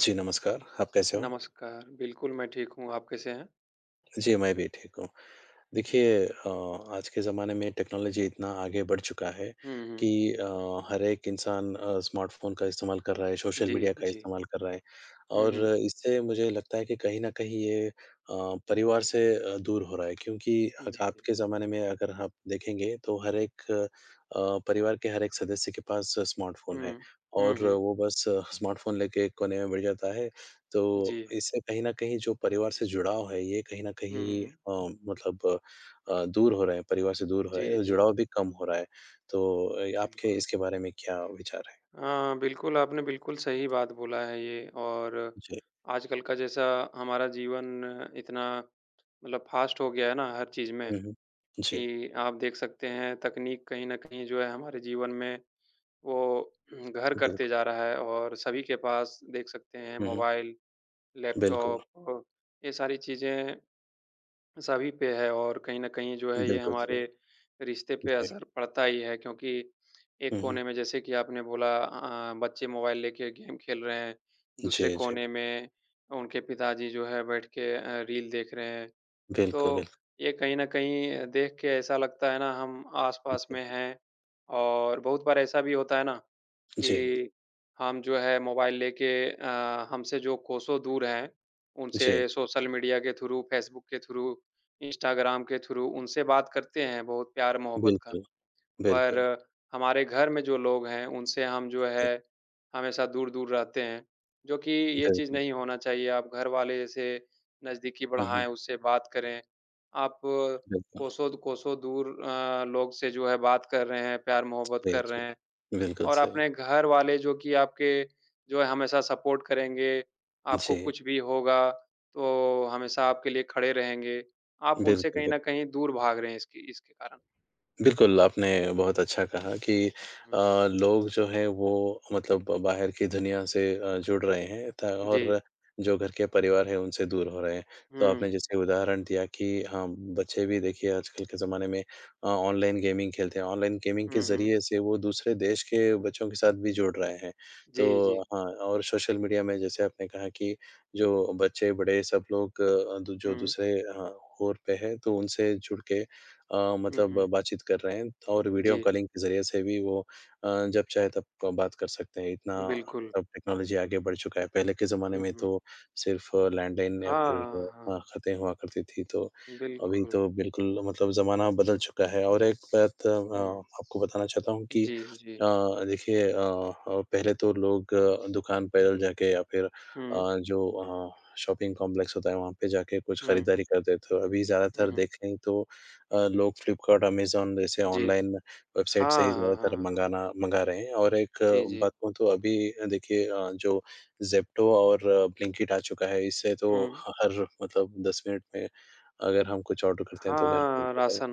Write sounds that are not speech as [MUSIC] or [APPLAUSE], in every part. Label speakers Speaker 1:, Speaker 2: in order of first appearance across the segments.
Speaker 1: जी, नमस्कार। आप कैसे हो?
Speaker 2: नमस्कार, बिल्कुल मैं ठीक हूँ, आप कैसे हैं?
Speaker 1: जी, मैं भी ठीक हूँ। देखिए, आज के ज़माने में टेक्नोलॉजी इतना आगे बढ़ चुका है
Speaker 2: हुँ,
Speaker 1: कि
Speaker 2: हुँ।
Speaker 1: अ, हर एक इंसान स्मार्टफ़ोन का इस्तेमाल कर रहा है, सोशल
Speaker 2: जी,
Speaker 1: मीडिया का
Speaker 2: जी।
Speaker 1: इस्तेमाल कर रहा है
Speaker 2: हुँ,
Speaker 1: और
Speaker 2: हुँ।
Speaker 1: इससे मुझे लगता है कि कहीं न कहीं ये परिवार से दूर हो रहा है क्योंकि अग
Speaker 2: जी।
Speaker 1: आपके ज़माने में अगर आप देखेंगे तो हर एक परिवार के हर एक सदस्य के पास स्मार्टफ़ोन है
Speaker 2: हुँ। हुँ,
Speaker 1: और
Speaker 2: हुँ।
Speaker 1: वो बस स्मार्टफ़ोन लेके कोने में बैठ जाता है। तो
Speaker 2: जी।
Speaker 1: इससे कहीं न कहीं जो परिवार से जुड़ाव है, ये कहीं न
Speaker 2: हुँ,
Speaker 1: कहीं
Speaker 2: हुँ।
Speaker 1: मतलब दूर हो रहे हैं, परिवार से दूर हो रहे
Speaker 2: जी,
Speaker 1: हैं,
Speaker 2: जी।
Speaker 1: जुड़ाव भी कम हो रहा है। तो आपके
Speaker 2: बिल्कुल।
Speaker 1: इसके बारे में क्या विचार है?
Speaker 2: हाँ, बिल्कुल आपने बिल्कुल सही बात बोला है ये। और
Speaker 1: जी।
Speaker 2: आजकल का जैसा हमारा जीवन इतना मतलब फ़ास्ट हो गया है ना हर चीज़ में
Speaker 1: हुँ, हुँ। जी,
Speaker 2: कि आप देख सकते हैं तकनीक कहीं न कहीं जो है हमारे जीवन में वो घर करते
Speaker 1: बिल्कुल।
Speaker 2: जा रहा है। और सभी के पास देख सकते हैं
Speaker 1: हुँ, हुँ।
Speaker 2: मोबाइल,
Speaker 1: बिल्कुल,
Speaker 2: लैपटॉप और ये सारी चीज़ें सभी पे है। और कहीं न कहीं जो है ये
Speaker 1: बिल्कुल सही।
Speaker 2: हमारे रिश्ते पे
Speaker 1: जी।
Speaker 2: असर पड़ता ही है, क्योंकि एक
Speaker 1: हुँ, हुँ।
Speaker 2: कोने में जैसे कि आपने बोला बच्चे मोबाइल लेके गेम खेल रहे हैं, दूसरे
Speaker 1: जी, जी।
Speaker 2: कोने में उनके पिताजी जो है बैठ के रील देख रहे हैं।
Speaker 1: बिल्कुल,
Speaker 2: तो
Speaker 1: बिल्कुल।
Speaker 2: ये कहीं न कहीं देख के ऐसा लगता है ना हम
Speaker 1: जी,
Speaker 2: आस-पास में हैं। और बहुत बार ऐसा भी होता है ना
Speaker 1: जी,
Speaker 2: कि हम जो है मोबाइल लेके हमसे जो कोसों दूर हैं, उनसे
Speaker 1: जी।
Speaker 2: सोशल मीडिया के थ्रू, फ़ेसबुक के थ्रू, इंस्टाग्राम के थ्रू उनसे बात करते हैं बहुत प्यार-मोहब्बत का।
Speaker 1: बिल्कुल,
Speaker 2: पर
Speaker 1: बिल्कुल।
Speaker 2: हमारे घर में जो लोग हैं, उनसे हम जो
Speaker 1: जी,
Speaker 2: है, हमेशा दूर-दूर रहते हैं, जो कि ये चीज़
Speaker 1: बिल्कुल।
Speaker 2: नहीं होना चाहिए। आप घर वाले जैसे नज़दीकी
Speaker 1: हुँ, हुँ।
Speaker 2: बढ़ाएँ, उससे बात करें। आप
Speaker 1: बिल्कुल,
Speaker 2: कोसों कोसों दूर लोग से जो है बात कर रहे हैं, प्यार-मोहब्बत
Speaker 1: सही,
Speaker 2: कर रहे
Speaker 1: जी।
Speaker 2: हैं।
Speaker 1: बिल्कुल
Speaker 2: और
Speaker 1: सही।
Speaker 2: अपने घर वाले जो कि आपके जो है हमेशा सपोर्ट करेंगे, आपको
Speaker 1: जी,
Speaker 2: कुछ भी होगा तो हमेशा आपके लिए खड़े रहेंगे। आप उनसे कहीं
Speaker 1: बिल्कुल।
Speaker 2: न कहीं दूर भाग रहे हैं इसकी इसके कारण।
Speaker 1: बिल्कुल, आपने बहुत अच्छा कहा कि अ,
Speaker 2: हुँ,
Speaker 1: लोग जो हैं वो मतलब बाहर की दुनिया से जुड़ रहे हैं त
Speaker 2: जी।
Speaker 1: और जो घर के परिवार है उनसे दूर हो रहे हैं। तो आपने
Speaker 2: हुँ।
Speaker 1: जैसे उदाहरण दिया कि हाँ, बच्चे भी देखिए आजकल के ज़माने में ऑनलाइन गेमिंग खेलते हैं। ऑनलाइन गेमिंग के
Speaker 2: हुँ, हुँ।
Speaker 1: ज़रिए से वो दूसरे देश के बच्चों के साथ भी जुड़ रहे हैं।
Speaker 2: जी,
Speaker 1: तो
Speaker 2: जी।
Speaker 1: हाँ, और सोशल मीडिया में जैसे आपने कहा कि जो बच्चे, बड़े सब लोग अ, दू जो
Speaker 2: हुँ।
Speaker 1: दूसरे ओर पे हैं तो उनसे जुड़ के
Speaker 2: हुँ,
Speaker 1: मतलब
Speaker 2: हुँ।
Speaker 1: बातचीत कर रहे हैं और वीडियो
Speaker 2: जी,
Speaker 1: कॉलिंग के ज़रिए से भी वो अ, जब चाहे तब बात कर सकते हैं। इतना
Speaker 2: बिल्कुल।
Speaker 1: अब टेक्नोलॉज़ी आगे बढ़ चुका है। पहले के ज़माने
Speaker 2: हुँ,
Speaker 1: में तो
Speaker 2: हुँ।
Speaker 1: सिर्फ़ लैंडलाइन या
Speaker 2: हाँ,
Speaker 1: फिर
Speaker 2: हाँ, हाँ।
Speaker 1: ख़तें हुआ करती थी, तो अभी
Speaker 2: बिल्कुल।
Speaker 1: तो बिल्कुल मतलब ज़माना बदल चुका है। और एक बात
Speaker 2: हुँ।
Speaker 1: आपको बताना चाहता हूँ कि
Speaker 2: जी, जी।
Speaker 1: देखिए, पहले तो लोग दुकान पैदल जाके या फिर
Speaker 2: हुँ,
Speaker 1: जो शॉपिंग कॉम्प्लेक्स होता है, वहाँ पे जाके कुछ
Speaker 2: हुँ।
Speaker 1: खरीदारी करते थे। अभी
Speaker 2: हुँ,
Speaker 1: ज़्यादातर
Speaker 2: हुँ।
Speaker 1: देखें तो लोग फ्लिपकार्ट, अमेज़न जैसे
Speaker 2: जी।
Speaker 1: ऑनलाइन वेबसाइट से
Speaker 2: हाँ,
Speaker 1: ही
Speaker 2: हाँ,
Speaker 1: ज़्यादातर
Speaker 2: हाँ, हाँ।
Speaker 1: मँगाना मँगा रहे हैं और एक
Speaker 2: जी, जी।
Speaker 1: बात कहूँ तो अभी देखिए जो ज़ेप्टो और ब्लिंकिट आ चुका है, इससे तो
Speaker 2: हुँ।
Speaker 1: ह हर मतलब 10 मिनट में अगर हम कुछ ऑर्डर करते हैं तो घर पहुँच
Speaker 2: हाँ,
Speaker 1: जाता है।
Speaker 2: राशन।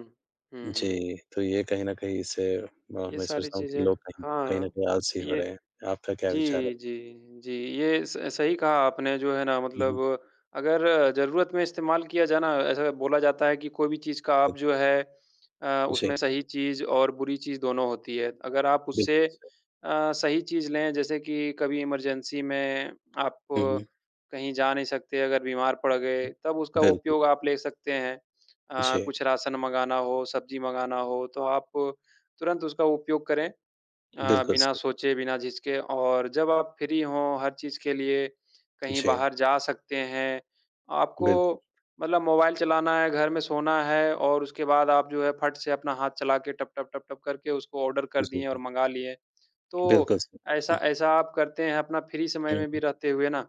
Speaker 2: हुँ, हुँ।
Speaker 1: जी, तो ये कहीं न कहीं इससे
Speaker 2: ये
Speaker 1: मैं
Speaker 2: सारी
Speaker 1: सोचता हूँ कि
Speaker 2: चीज़ें।
Speaker 1: लोग कहीं कहीं न
Speaker 2: हाँ,
Speaker 1: कहीं आलसी हो
Speaker 2: ये।
Speaker 1: रहे हैं। आपका क्या विचार है?
Speaker 2: जी, जी, जी। ये स सही कहा आपने जो है ना।
Speaker 1: हुँ, हुँ।
Speaker 2: मतलब अगर ज़रूरत में इस्तेमाल किया जाए ना, ऐसा बोला जाता है कि कोई भी चीज़ का आप
Speaker 1: बिल्कुल,
Speaker 2: जो है
Speaker 1: जी,
Speaker 2: उसमें सही चीज़ और बुरी चीज़ दोनों होती है। अगर आप उससे
Speaker 1: बिल्कुल सही।
Speaker 2: सही चीज़ लें, जैसे कि कभी इमरजेंसी में आप
Speaker 1: हुँ, हुँ।
Speaker 2: कहीं जा नहीं सकते, अगर बीमार पड़ गए तब उसका
Speaker 1: बिल्कुल,
Speaker 2: उपयोग आप ले सकते हैं।
Speaker 1: जी,
Speaker 2: कुछ राशन मँगाना हो, सब्ज़ी मँगाना हो तो आप तुरंत उसका उपयोग करें।
Speaker 1: बिल्कुल
Speaker 2: बिना
Speaker 1: सही।
Speaker 2: सोचे, बिना झिझके। और जब आप फ्री हों, हर चीज़ के लिए कहीं
Speaker 1: जी,
Speaker 2: बाहर जा सकते हैं।
Speaker 1: बिल्कुल,
Speaker 2: आपको मतलब मोबाइल चलाना है, घर में सोना है और उसके बाद आप जो है फट से अपना हाथ चला के टप, टप, टप, टप करके उसको ऑर्डर कर
Speaker 1: जी,
Speaker 2: दिए और मँगा लिए। तो
Speaker 1: बिल्कुल सही।
Speaker 2: ऐसा
Speaker 1: हुँ,
Speaker 2: ऐसा आप करते हैं अपना फ्री समय में
Speaker 1: हुँ।
Speaker 2: भी रहते हुए ना।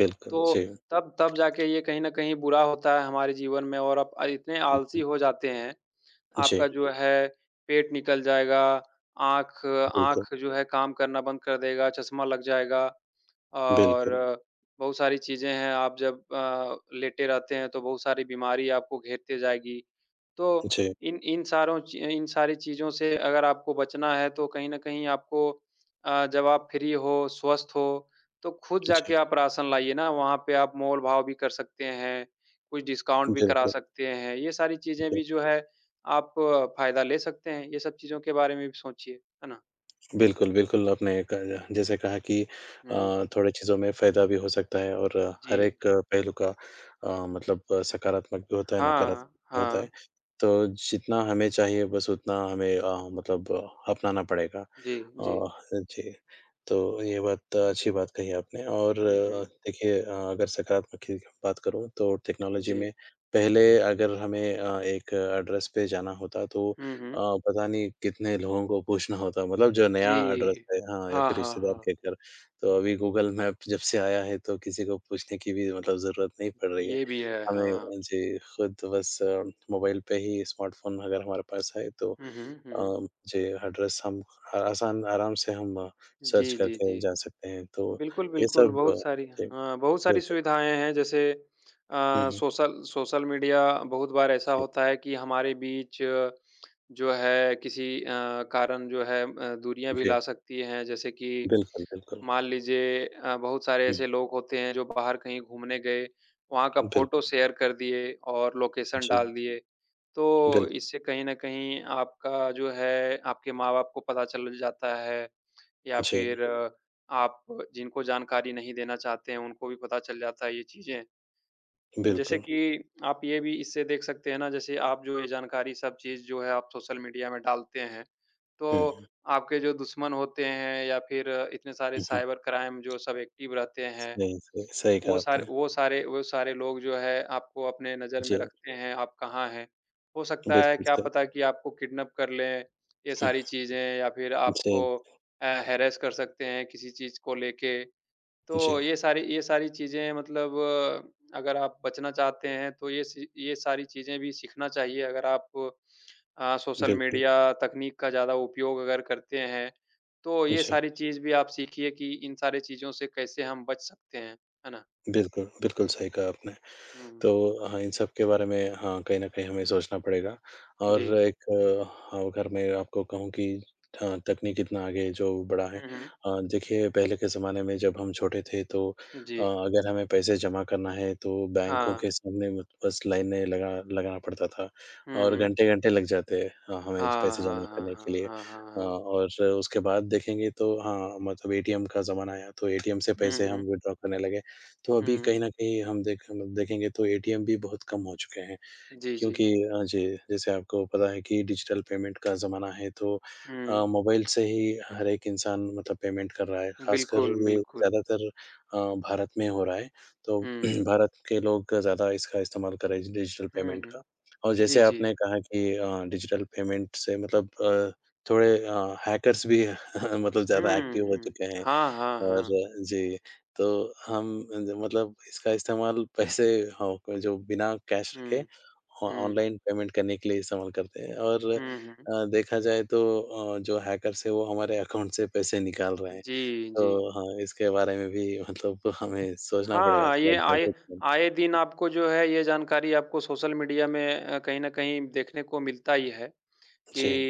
Speaker 1: बिल्कुल,
Speaker 2: तो
Speaker 1: जी।
Speaker 2: तब तब जाके ये कहीं न कहीं बुरा होता है हमारे जीवन में। और आप इतने
Speaker 1: हुँ,
Speaker 2: आलसी
Speaker 1: हुँ।
Speaker 2: हो जाते हैं,
Speaker 1: जी,
Speaker 2: आपका जो है पेट निकल जाएगा, आँख
Speaker 1: बिल्कुल,
Speaker 2: आँख जो है काम करना बंद कर देगा, चश्मा लग जाएगा। और
Speaker 1: बिल्कुल।
Speaker 2: हुँ। बहुत सारी चीज़ें हैं, आप जब लेटे रहते हैं तो बहुत सारी बीमारी आपको घेरते जाएगी। तो
Speaker 1: जी,
Speaker 2: इन इन सारों ची इन सारी चीज़ों से अगर आपको बचना है तो कहीं न कहीं आपको जब आप फ्री हो, स्वस्थ हो, तो खुद जाके
Speaker 1: जी,
Speaker 2: आप राशन लाइए ना, वहाँ पे आप मोल-भाव भी कर सकते हैं, कुछ डिस्काउंट भी करा,
Speaker 1: बिल्कुल,
Speaker 2: जी, सकते हैं। ये सारी चीज़ें
Speaker 1: जी।
Speaker 2: भी जो है आप फ़ायदा ले सकते हैं, ये सब चीज़ों के बारे में भी सोचिए, है ना?
Speaker 1: बिल्कुल, बिल्कुल, आपने क जैसे कहा कि
Speaker 2: हुँ।
Speaker 1: थोड़ी चीज़ों में फ़ायदा भी हो सकता है और
Speaker 2: जी।
Speaker 1: हर एक पहलू का मतलब सकारात्मक भी होता है,
Speaker 2: हाँ,
Speaker 1: नकारात्मक भी होता है।
Speaker 2: हाँ।
Speaker 1: तो जितना हमें चाहिए बस उतना हमें मतलब अपनाना पड़ेगा।
Speaker 2: जी, जी।
Speaker 1: जी, तो ये बात अच्छी बात कही आपने और
Speaker 2: हुँ, हुँ।
Speaker 1: देखिए, अगर सकारात्मक की बात करूँ तो टेक्नोलॉजी
Speaker 2: जी।
Speaker 1: में पहले अगर हमें एक एड्रेस पे जाना होता तो
Speaker 2: हुँ,
Speaker 1: अ,
Speaker 2: हुँ।
Speaker 1: पता नहीं कितने लोगों को पूछना होता मतलब जो नया
Speaker 2: जी।
Speaker 1: एड्रेस है हाँ, या
Speaker 2: हाँ,
Speaker 1: फिर
Speaker 2: हाँ,
Speaker 1: रिश्तेदार
Speaker 2: हाँ।
Speaker 1: के घर। तो अभी गूगल मैप जब से आया है तो किसी को पूछने की भी मतलब ज़रूरत नहीं पड़ रही है।
Speaker 2: ये भी है, हाँ।
Speaker 1: हमें जी, खुद बस मोबाइल पे ही स्मार्टफ़ोन अगर हमारे पास है तो
Speaker 2: हुँ, हुँ, हुँ,
Speaker 1: अ,
Speaker 2: हुँ।
Speaker 1: जी एड्रेस हम आसान आराम से हम सर्च
Speaker 2: जी, जी,
Speaker 1: करके
Speaker 2: जी।
Speaker 1: जा सकते हैं। तो
Speaker 2: बिल्कुल,
Speaker 1: ये
Speaker 2: बिल्कुल,
Speaker 1: सब
Speaker 2: बहुत सारी।
Speaker 1: जी,
Speaker 2: हाँ, बहुत सारी
Speaker 1: बिल्कुल।
Speaker 2: सुविधाएँ हैं। जैसे
Speaker 1: हुँ, हुँ।
Speaker 2: सोशल सोशल मीडिया, बहुत बार ऐसा
Speaker 1: जी,
Speaker 2: होता है कि हमारे बीच जो है किसी कारण जो है दूरियाँ भी
Speaker 1: जी।
Speaker 2: ला सकती हैं। जैसे कि
Speaker 1: बिल्कुल, बिल्कुल।
Speaker 2: मान लीजिए बहुत सारे
Speaker 1: हुँ,
Speaker 2: ऐसे लोग होते हैं जो बाहर कहीं घूमने गए, वहाँ का फ़ोटो
Speaker 1: बिल्कुल।
Speaker 2: शेयर कर दिए और लोकेशन
Speaker 1: जी,
Speaker 2: डाल दिए। तो
Speaker 1: बिल्कुल।
Speaker 2: इससे कहीं न कहीं आपका जो है आपके माँ-बाप को पता चल जाता है, या
Speaker 1: जी,
Speaker 2: फिर आप जिनको जानकारी नहीं देना चाहते हैं, उनको भी पता चल जाता है ये चीज़ें। जैसे
Speaker 1: बिल्कुल।
Speaker 2: कि आप ये भी इससे देख सकते हैं ना, जैसे आप जो ये जानकारी सब चीज़ जो है आप सोशल मीडिया में डालते हैं,
Speaker 1: हुँ, हुँ।
Speaker 2: तो
Speaker 1: हुँ,
Speaker 2: आपके जो दुश्मन होते हैं या फिर इतने सारे
Speaker 1: हुँ।
Speaker 2: साइबर क्राइम जो सब एक्टिव रहते हैं,
Speaker 1: सही, सही, सही कहा
Speaker 2: वो सारे
Speaker 1: आपने।
Speaker 2: वो सारे वो सारे लोग जो है आपको अपने नज़र में
Speaker 1: जी,
Speaker 2: रखते हैं, आप कहाँ हैं। हो सकता है
Speaker 1: बिल्कुल
Speaker 2: क्या
Speaker 1: सही।
Speaker 2: पता कि आपको किडनैप कर लें, ये
Speaker 1: हुँ,
Speaker 2: सारी चीज़ें, या फिर
Speaker 1: जी,
Speaker 2: आपको हैरेस कर सकते हैं किसी चीज़ को लेके। तो
Speaker 1: जी,
Speaker 2: ये सारी चीज़ें मतलब अगर आप बचना चाहते हैं, तो ये सारी चीज़ें भी सीखना चाहिए। अगर आप सोशल
Speaker 1: बिल्कुल,
Speaker 2: मीडिया तकनीक का ज़्यादा उपयोग अगर करते हैं, तो ये
Speaker 1: जी,
Speaker 2: सारी चीज़ भी आप सीखिए कि इन सारी चीज़ों से कैसे हम बच सकते हैं, है ना?
Speaker 1: बिल्कुल, बिल्कुल सही कहा आपने।
Speaker 2: हुँ,
Speaker 1: तो हाँ, इन सब के बारे में हाँ, कहीं न कहीं हमें सोचना पड़ेगा और
Speaker 2: जी।
Speaker 1: एक हाँ, अगर मैं आपको कहूँ कि तकनीक इतना आगे जो बढ़ा है
Speaker 2: हुँ, हुँ।
Speaker 1: देखिए पहले के ज़माने में जब हम छोटे थे तो
Speaker 2: जी।
Speaker 1: अगर हमें पैसे जमा करना है तो बैंकों
Speaker 2: हाँ।
Speaker 1: के सामने मत बस लाइनें लगाना पड़ता था
Speaker 2: हुँ,
Speaker 1: और
Speaker 2: हुँ।
Speaker 1: घंटे-घंटे लग जाते हमें
Speaker 2: हाँ,
Speaker 1: पैसे
Speaker 2: हाँ,
Speaker 1: जमा
Speaker 2: हाँ,
Speaker 1: करने के
Speaker 2: हाँ,
Speaker 1: लिए
Speaker 2: हाँ, हाँ, हाँ।
Speaker 1: और उसके बाद देखेंगे तो हाँ, मतलब एटीएम का ज़माना आया तो एटीएम से
Speaker 2: हुँ,
Speaker 1: पैसे हम
Speaker 2: हुँ।
Speaker 1: विथड्रॉ करने लगे। तो अभी
Speaker 2: हुँ।
Speaker 1: कहीं न कहीं हम देखेंगे तो एटीएम भी बहुत कम हो चुके हैं
Speaker 2: जी, जी।
Speaker 1: क्योंकि अ, जे जैसे आपको पता है कि डिजिटल पेमेंट का ज़माना है तो
Speaker 2: हुँ।
Speaker 1: मोबाइल से ही हर एक इंसान मतलब पेमेंट कर रहा है। ख़ासकर
Speaker 2: बिल्कुल,
Speaker 1: ये
Speaker 2: बिल्कुल।
Speaker 1: ज़्यादातर अ, भारत में हो रहा है। तो
Speaker 2: हुँ।
Speaker 1: [CLEARS THROAT] भारत के लोग ज़्यादा इसका इस्तेमाल कर रहे हैं डिजिटल
Speaker 2: हुँ,
Speaker 1: पेमेंट का।
Speaker 2: हुँ।
Speaker 1: और
Speaker 2: जी,
Speaker 1: जैसे
Speaker 2: जी।
Speaker 1: आपने कहा कि डिजिटल पेमेंट से मतलब थोड़े हैकर्स भी [LAUGHS] मतलब ज़्यादा एक्टिव
Speaker 2: हुँ,
Speaker 1: हो
Speaker 2: हुँ।
Speaker 1: चुके हैं।
Speaker 2: हाँ, हाँ,
Speaker 1: और
Speaker 2: हाँ।
Speaker 1: जी, तो हम ज मतलब इसका इस्तेमाल पैसे हाँ, को जो बिना कैश रखे
Speaker 2: हुँ,
Speaker 1: ऑ
Speaker 2: हुँ,
Speaker 1: ऑनलाइन पेमेंट करने के लिए इस्तेमाल करते हैं और
Speaker 2: हुँ, हुँ।
Speaker 1: देखा जाए तो जो हैकर्स हैं वो हमारे अकाउंट से पैसे निकाल रहे हैं।
Speaker 2: जी,
Speaker 1: तो
Speaker 2: जी।
Speaker 1: हाँ, इसके बारे में भी मतलब हमें सोचना पड़ेगा
Speaker 2: हाँ,
Speaker 1: थोड़ा
Speaker 2: ये आए
Speaker 1: जागरूक बनना है।
Speaker 2: आए दिन आपको जो है ये जानकारी आपको सोशल मीडिया में कहीं न कहीं देखने को मिलता ही है कि
Speaker 1: जी,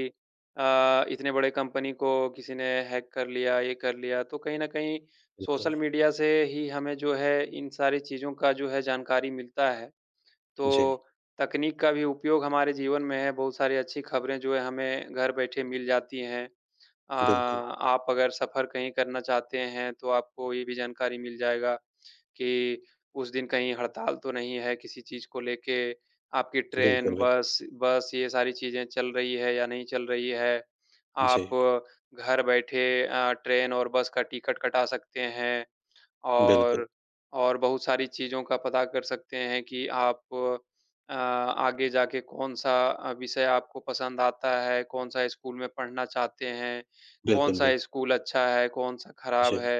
Speaker 2: इतने बड़े कंपनी को किसी ने हैक कर लिया, ये कर लिया। तो कहीं न कहीं
Speaker 1: बिल्कुल।
Speaker 2: सोशल मीडिया से ही हमें जो है इन सारी चीज़ों का जो है जानकारी मिलता है। तो
Speaker 1: जी,
Speaker 2: तकनीक का भी उपयोग हमारे जीवन में है, बहुत सारी अच्छी खबरें जो है हमें घर बैठे मिल जाती हैं।
Speaker 1: बिल्कुल,
Speaker 2: आप अगर सफ़र कहीं करना चाहते हैं, तो आपको ये भी जानकारी मिल जाएगा कि उस दिन कहीं हड़ताल तो नहीं है किसी चीज़ को लेके, आपकी ट्रेन,
Speaker 1: बिल्कुल, बिल
Speaker 2: बस बस ये सारी चीज़ें चल रही है या नहीं चल रही है। आप
Speaker 1: जी,
Speaker 2: घर बैठे ट्रेन और बस का टिकट कटा सकते हैं।
Speaker 1: बिल्कुल,
Speaker 2: और और बहुत सारी चीज़ों का पता कर सकते हैं कि आप आगे जाके कौन-सा विषय आपको पसंद आता है, कौन-सा स्कूल में पढ़ना चाहते हैं,
Speaker 1: बिल्कुल, बिल
Speaker 2: कौन-सा स्कूल अच्छा है, कौन-सा खराब
Speaker 1: जी,
Speaker 2: है।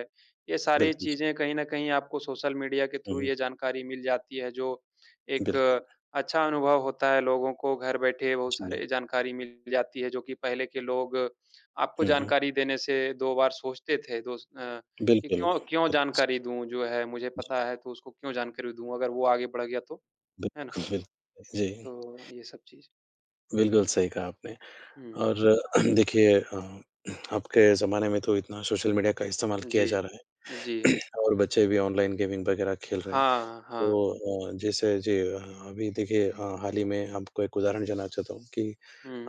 Speaker 2: ये सारी
Speaker 1: बिल्कुल,
Speaker 2: चीज़ें कहीं न कहीं आपको सोशल मीडिया के
Speaker 1: हुँ,
Speaker 2: थ्रू
Speaker 1: हुँ,
Speaker 2: ये जानकारी मिल जाती है, जो एक
Speaker 1: बिल्कुल।
Speaker 2: अच्छा अनुभव होता है। लोगों को घर बैठे बहुत
Speaker 1: जी,
Speaker 2: सारी जानकारी मिल जाती है, जो कि पहले के लोग आपको
Speaker 1: हुँ, हुँ,
Speaker 2: जानकारी देने से 2 बार सोचते थे, दोस अ कि
Speaker 1: बिल्कुल,
Speaker 2: क्यों क्यों
Speaker 1: बिल्कुल।
Speaker 2: जानकारी दूँ जो है मुझे पता है तो उसको क्यों जानकारी दूँ अगर वो आगे बढ़ गया तो, है ना?
Speaker 1: बिल्कुल, बिल्कुल। जी,
Speaker 2: तो ये सब चीज़।
Speaker 1: बिल्कुल सही कहा आपने
Speaker 2: हुँ,
Speaker 1: और [CLEARS THROAT] देखिए, आपके ज़माने में तो इतना सोशल मीडिया का इस्तेमाल किया
Speaker 2: जी।
Speaker 1: जा रहा है
Speaker 2: जी। जी।
Speaker 1: [CLEARS THROAT] और बच्चे भी ऑनलाइन गेमिंग वगैरह खेल रहे हैं।
Speaker 2: हाँ, हाँ।
Speaker 1: तो जैसे जी अभी देखिए, हाल ही में आपको एक उदाहरण देना चाहता हूँ कि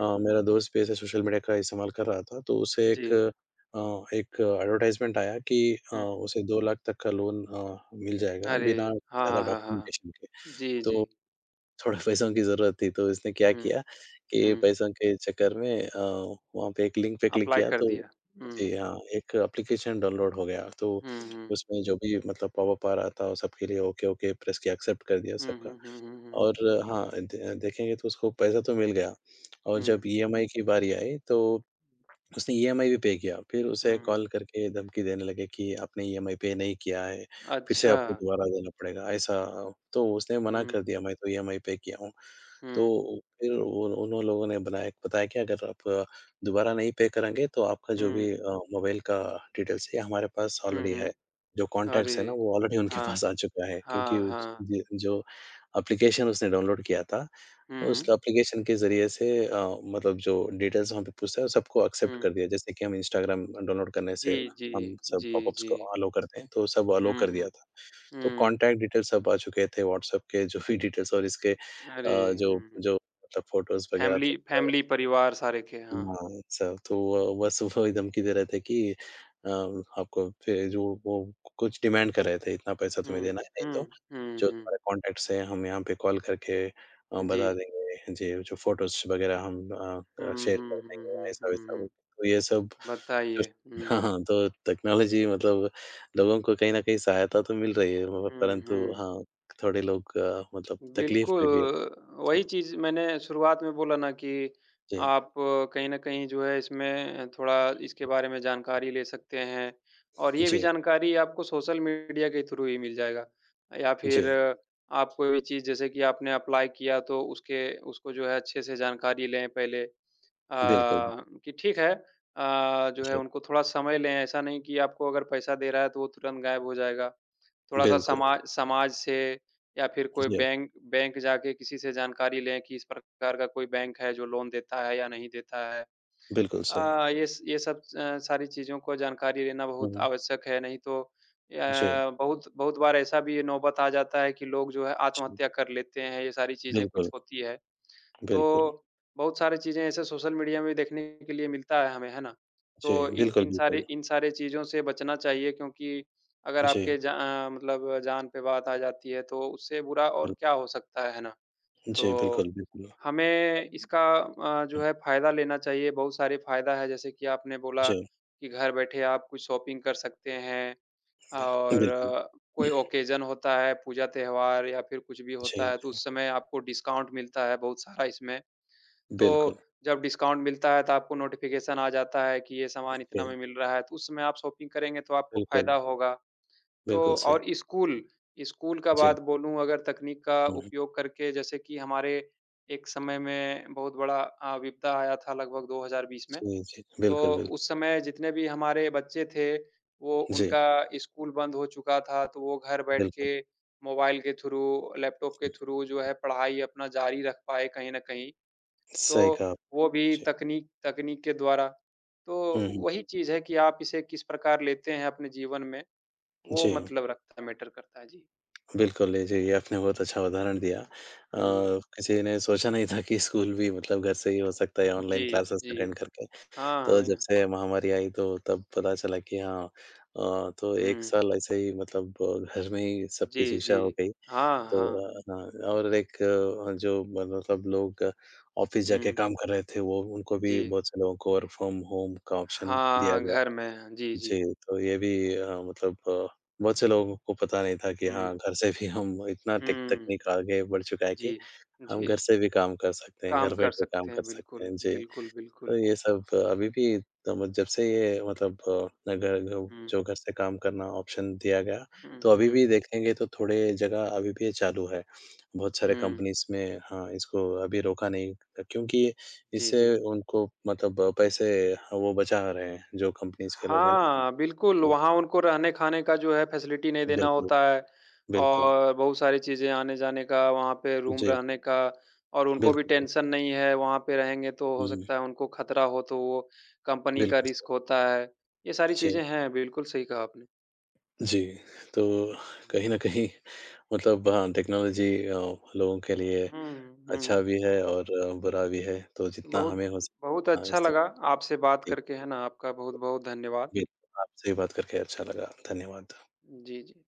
Speaker 1: मेरा दोस्त भी ऐसे सोशल मीडिया का इस्तेमाल कर रहा था, तो उसे एक
Speaker 2: जी।
Speaker 1: एक एडवर्टाइज़मेंट आया कि
Speaker 2: हुँ।
Speaker 1: उसे 2 लाख तक का लोन मिल जाएगा
Speaker 2: अरे!
Speaker 1: बिना
Speaker 2: हाँ,
Speaker 1: ज़्यादा
Speaker 2: हाँ, हाँ, हाँ।
Speaker 1: डॉक्यूमेंटेशन के।
Speaker 2: जी,
Speaker 1: तो
Speaker 2: जी।
Speaker 1: थोड़ा पैसों की ज़रूरत थी, तो इसने क्या
Speaker 2: हुँ,
Speaker 1: किया कि
Speaker 2: हुँ।
Speaker 1: पैसों के चक्कर में वहाँ पे एक लिंक पे क्लिक
Speaker 2: अप्लाई
Speaker 1: किया
Speaker 2: कर
Speaker 1: तो
Speaker 2: दिया।
Speaker 1: जी
Speaker 2: हुँ,
Speaker 1: हाँ, एक एप्लीकेशन डाउनलोड हो गया, तो
Speaker 2: हुँ, हुँ।
Speaker 1: उसमें जो भी मतलब पॉपअप आ रहा था, वो सबके लिए ओके, ओके प्रेस किया, एक्सेप्ट कर दिया
Speaker 2: हुँ,
Speaker 1: सबका
Speaker 2: हुँ, हुँ, हुँ,
Speaker 1: और
Speaker 2: हुँ,
Speaker 1: हाँ, दे देखेंगे तो उसको पैसा तो मिल गया और जब
Speaker 2: हुँ।
Speaker 1: ईएमआई की बारी आई, तो उसने ईएमआई भी पे किया, फिर उसे
Speaker 2: हुँ,
Speaker 1: कॉल करके धमकी देने लगे कि आपने ईएमआई पे नहीं किया है, फिर से
Speaker 2: अच्छा।
Speaker 1: आपको दोबारा देना पड़ेगा, ऐसा तो उसने मना
Speaker 2: हुँ,
Speaker 1: कर दिया, मैं तो ईएमआई पे किया हूँ।
Speaker 2: हुँ,
Speaker 1: तो फिर उन उन्हों लोगों ने बनाया बताया कि अगर आप दोबारा नहीं पे करेंगे तो आपका जो भी
Speaker 2: हुँ,
Speaker 1: मोबाइल का डिटेल्स है, ये हमारे पास
Speaker 2: हुँ,
Speaker 1: ऑलरेडी है।
Speaker 2: हुँ।
Speaker 1: जो कॉन्टैक्ट्स है ना,
Speaker 2: अरे!
Speaker 1: वो ऑलरेडी उनके
Speaker 2: हाँ,
Speaker 1: पास आ चुका है क्योंकि
Speaker 2: हाँ,
Speaker 1: उस
Speaker 2: हाँ।
Speaker 1: ज जो एप्लीकेशन उसने डाउनलोड किया था, उस
Speaker 2: हुँ,
Speaker 1: एप्लीकेशन के ज़रिए से मतलब जो डिटेल्स वहाँ पे पूछता है, वो सबको एक्सेप्ट
Speaker 2: हुँ।
Speaker 1: कर दिया। जैसे कि हम इंस्टाग्राम डाउनलोड करने से
Speaker 2: जी, जी,
Speaker 1: हम सब
Speaker 2: जी,
Speaker 1: पॉपअप्स
Speaker 2: जी।
Speaker 1: को अलाउ करते हैं, तो सब अलाउ
Speaker 2: हुँ,
Speaker 1: कर दिया
Speaker 2: हुँ,
Speaker 1: था। तो
Speaker 2: हुँ।
Speaker 1: कॉन्टैक्ट डिटेल्स सब आ चुके थे व्हाट्सएप के जो भी डिटेल्स और इसके अ,
Speaker 2: अरे! हुँ,
Speaker 1: जो जो मतलब फ़ोटोज़ वगैरह
Speaker 2: फैमिली
Speaker 1: थे सब
Speaker 2: फैमिली परिवार सारे के। हाँ।
Speaker 1: हाँ, अच्छा तो वो बस सुबह एकदम की दे रहे थे कि अ, आपको फिर जो वो कुछ डिमांड कर रहे थे, इतना पैसा तुम्हें
Speaker 2: हुँ,
Speaker 1: देना है, नहीं
Speaker 2: हुँ,
Speaker 1: तो
Speaker 2: हुँ,
Speaker 1: जो
Speaker 2: हुँ।
Speaker 1: तुम्हारे कॉन्टैक्ट्स हैं, हम यहाँ पे कॉल करके
Speaker 2: जी।
Speaker 1: बता देंगे। जी, जो फ़ोटोज़ वगैरह हम
Speaker 2: हुँ,
Speaker 1: शेयर कर
Speaker 2: हुँ, हुँ,
Speaker 1: देंगे,
Speaker 2: हुँ, हुँ,
Speaker 1: ऐसा-वैसा वो।
Speaker 2: हुँ।
Speaker 1: तो ये सब जो
Speaker 2: बताइए।
Speaker 1: [LAUGHS] हाँ,
Speaker 2: हुँ,
Speaker 1: हाँ, तो टेक्नोलॉजी मतलब लोगों को कहीं न कहीं सहायता तो मिल रही है, मगर
Speaker 2: हुँ,
Speaker 1: परंतु
Speaker 2: हुँ।
Speaker 1: हाँ, थोड़े लोग मतलब तकलीफ़
Speaker 2: बिल्कुल,
Speaker 1: में भी हैं।
Speaker 2: वही
Speaker 1: जी,
Speaker 2: चीज़ मैंने शुरुआत में बोला ना कि
Speaker 1: जी,
Speaker 2: आप कहीं न कहीं जो है इसमें थोड़ा इसके बारे में जानकारी ले सकते हैं। और ये भी
Speaker 1: जी,
Speaker 2: जानकारी आपको सोशल मीडिया के थ्रू ही मिल जाएगा। या फिर
Speaker 1: जी,
Speaker 2: आप कोई भी चीज़ जैसे कि आपने अप्लाई किया तो उसके उसको जो है अच्छे से जानकारी लें पहले।
Speaker 1: बिल्कुल।
Speaker 2: कि ठीक है, जो है
Speaker 1: जी,
Speaker 2: उनको थोड़ा समय लें, ऐसा नहीं कि आपको अगर पैसा दे रहा है तो वो तुरंत गायब हो जाएगा। थोड़ा-सा
Speaker 1: बिल्कुल।
Speaker 2: समाज समाज से, या फिर कोई
Speaker 1: जी,
Speaker 2: बैंक बैंक जाके किसी से जानकारी लें कि इस प्रकार का कोई बैंक है जो लोन देता है या नहीं देता है।
Speaker 1: बिल्कुल सही।
Speaker 2: ये सब सारी चीज़ों को जानकारी लेना
Speaker 1: हुँ,
Speaker 2: बहुत
Speaker 1: हुँ।
Speaker 2: आवश्यक है। नहीं तो
Speaker 1: जी,
Speaker 2: बहुत बहुत बार ऐसा भी ये नौबत आ जाता है कि लोग जो है
Speaker 1: जी,
Speaker 2: आत्महत्या कर लेते हैं, ये सारी चीज़ें कुछ
Speaker 1: बिल्कुल,
Speaker 2: होती है।
Speaker 1: बिल्कुल।
Speaker 2: तो बहुत सारी चीज़ें ऐसे सोशल मीडिया में देखने के लिए मिलता है हमें, है ना?
Speaker 1: जी,
Speaker 2: तो इन
Speaker 1: बिल्कुल, बिल्कुल।
Speaker 2: इन सारे चीज़ों से बचना चाहिए, क्योंकि अगर
Speaker 1: जी,
Speaker 2: आपके मतलब जान पे बात आ जाती है तो उससे बुरा और
Speaker 1: बिल
Speaker 2: क्या हो सकता है ना?
Speaker 1: जी,
Speaker 2: तो
Speaker 1: बिल्कुल, बिल्कुल।
Speaker 2: हमें इसका जो
Speaker 1: हुँ,
Speaker 2: है फ़ायदा लेना चाहिए। बहुत सारे फ़ायदा है, जैसे कि आपने बोला
Speaker 1: जी,
Speaker 2: कि घर बैठे आप कुछ शॉपिंग कर सकते हैं।
Speaker 1: बिल
Speaker 2: और
Speaker 1: बिल्कुल।
Speaker 2: कोई ओकेज़न होता है, पूजा-त्योहार या फिर कुछ भी होता
Speaker 1: जी,
Speaker 2: है तो उस समय आपको डिस्काउंट मिलता है बहुत सारा इसमें।
Speaker 1: बिल्कुल,
Speaker 2: तो जब डिस्काउंट मिलता है तो आपको नोटिफ़िकेशन आ जाता है कि ये सामान इतना
Speaker 1: जी,
Speaker 2: में मिल रहा है, तो उस समय आप शॉपिंग करेंगे तो आपको
Speaker 1: बिल्कुल,
Speaker 2: फ़ायदा होगा। तो
Speaker 1: बिल्कुल सही।
Speaker 2: और स्कूल का
Speaker 1: जी,
Speaker 2: बात बोलूँ अगर तकनीक का
Speaker 1: हुँ, हुँ।
Speaker 2: उपयोग करके, जैसे कि हमारे एक समय में बहुत बड़ा विपदा आया था लगभग 2020 में,
Speaker 1: जी, जी,
Speaker 2: तो
Speaker 1: बिल्कुल, बिल
Speaker 2: उस समय जितने भी हमारे बच्चे थे, वो
Speaker 1: जी,
Speaker 2: उनका स्कूल बंद हो चुका था, तो वो घर बैठ
Speaker 1: बिल्कुल,
Speaker 2: के मोबाइल के थ्रू, लैपटॉप के थ्रू जो है पढ़ाई अपना जारी रख पाए कहीं न कहीं। तो
Speaker 1: सही कहा
Speaker 2: वो भी
Speaker 1: आपने। जी,
Speaker 2: तकनीक तकनीक के द्वारा। तो
Speaker 1: हुँ, हुँ।
Speaker 2: वही चीज़ है कि आप इसे किस प्रकार लेते हैं अपने जीवन में, वो
Speaker 1: जी,
Speaker 2: मतलब रखता मैटर करता है। जी।
Speaker 1: बिल्कुल, ये जी, ये आपने बहुत अच्छा उदाहरण दिया।
Speaker 2: हुँ।
Speaker 1: किसी ने सोचा नहीं था कि स्कूल भी मतलब घर से ही हो सकता है या ऑनलाइन
Speaker 2: जी,
Speaker 1: क्लासेस
Speaker 2: जी।
Speaker 1: अटेंड करके।
Speaker 2: हाँ, हाँ,
Speaker 1: तो
Speaker 2: वही
Speaker 1: जब
Speaker 2: ना।
Speaker 1: से महामारी आई तो तब पता चला कि हाँ, तो 1
Speaker 2: हुँ।
Speaker 1: साल ऐसे ही मतलब घर में ही सबकी
Speaker 2: जी,
Speaker 1: शिक्षा
Speaker 2: जी।
Speaker 1: हो गई।
Speaker 2: हाँ,
Speaker 1: तो
Speaker 2: हाँ।
Speaker 1: हाँ और एक जो मतलब लोग ऑफ़िस जाके
Speaker 2: हुँ,
Speaker 1: काम कर रहे थे वो उनको
Speaker 2: जी।
Speaker 1: भी बहुत से लोगों को वर्क फ्रॉम होम का ऑप्शन दिया
Speaker 2: हाँ, घर
Speaker 1: गया।
Speaker 2: में। हाँ, जी, जी।
Speaker 1: जी, तो ये भी मतलब बहुत से लोगों को पता नहीं था कि हाँ,
Speaker 2: हुँ,
Speaker 1: घर से भी हम इतना टेक
Speaker 2: हुँ।
Speaker 1: तकनीक आगे बढ़ चुका है कि
Speaker 2: जी,
Speaker 1: हम घर
Speaker 2: जी।
Speaker 1: से भी काम कर सकते हैं,
Speaker 2: काम
Speaker 1: घर
Speaker 2: कर
Speaker 1: बैठे काम
Speaker 2: सकते
Speaker 1: कर
Speaker 2: हैं।
Speaker 1: सकते
Speaker 2: बिल्कुल,
Speaker 1: हैं। जी।
Speaker 2: बिल्कुल,
Speaker 1: तो
Speaker 2: बिल्कुल।
Speaker 1: ये सब अभी भी मतलब जब से ये मतलब अ, घर घ
Speaker 2: हुँ,
Speaker 1: जो घर से काम करना ऑप्शन दिया गया,
Speaker 2: हुँ,
Speaker 1: तो अभी
Speaker 2: हुँ,
Speaker 1: भी देखेंगे तो थोड़े जगह अभी भी ये चालू है। बहुत सारे
Speaker 2: हुँ।
Speaker 1: कंपनीज़ में हाँ, इसको अभी रोका नहीं क्योंकि
Speaker 2: जी,
Speaker 1: इससे
Speaker 2: जी।
Speaker 1: उनको मतलब पैसे वो बचा रहे हैं, जो कंपनीज़ के लोग हैं ना।
Speaker 2: हाँ, बिल्कुल,
Speaker 1: वो-
Speaker 2: वहाँ उनको रहने-खाने का जो है फैसिलिटी नहीं देना
Speaker 1: बिल्कुल,
Speaker 2: होता है।
Speaker 1: बिल्कुल।
Speaker 2: और बहुत सारी चीज़ें आने-जाने का, वहाँ पे रूम
Speaker 1: जी,
Speaker 2: रहने का। और उनको भी
Speaker 1: बिल्कुल।
Speaker 2: टेंशन नहीं है, वहाँ पे रहेंगे तो हो
Speaker 1: हुँ,
Speaker 2: सकता है उनको खतरा हो, तो वो कंपनी का
Speaker 1: बिल्कुल सही।
Speaker 2: रिस्क होता है। ये सारी
Speaker 1: जी,
Speaker 2: चीज़ें हैं, बिल्कुल सही कहा आपने।
Speaker 1: जी। तो कहीं न कहीं मतलब हाँ, टेक्नोलॉजी लोगों के लिए
Speaker 2: हुँ,
Speaker 1: अच्छा
Speaker 2: हुँ।
Speaker 1: भी है और बुरा भी है, तो जितना
Speaker 2: बहुत
Speaker 1: हमें हो
Speaker 2: बहुत
Speaker 1: सके हाँ,
Speaker 2: अच्छा
Speaker 1: इस सब
Speaker 2: लगा आपसे बात
Speaker 1: जी,
Speaker 2: करके, है ना? आपका बहुत-बहुत धन्यवाद।
Speaker 1: बिल्कुल, आपसे भी बात करके अच्छा लगा। धन्यवाद।
Speaker 2: जी, जी।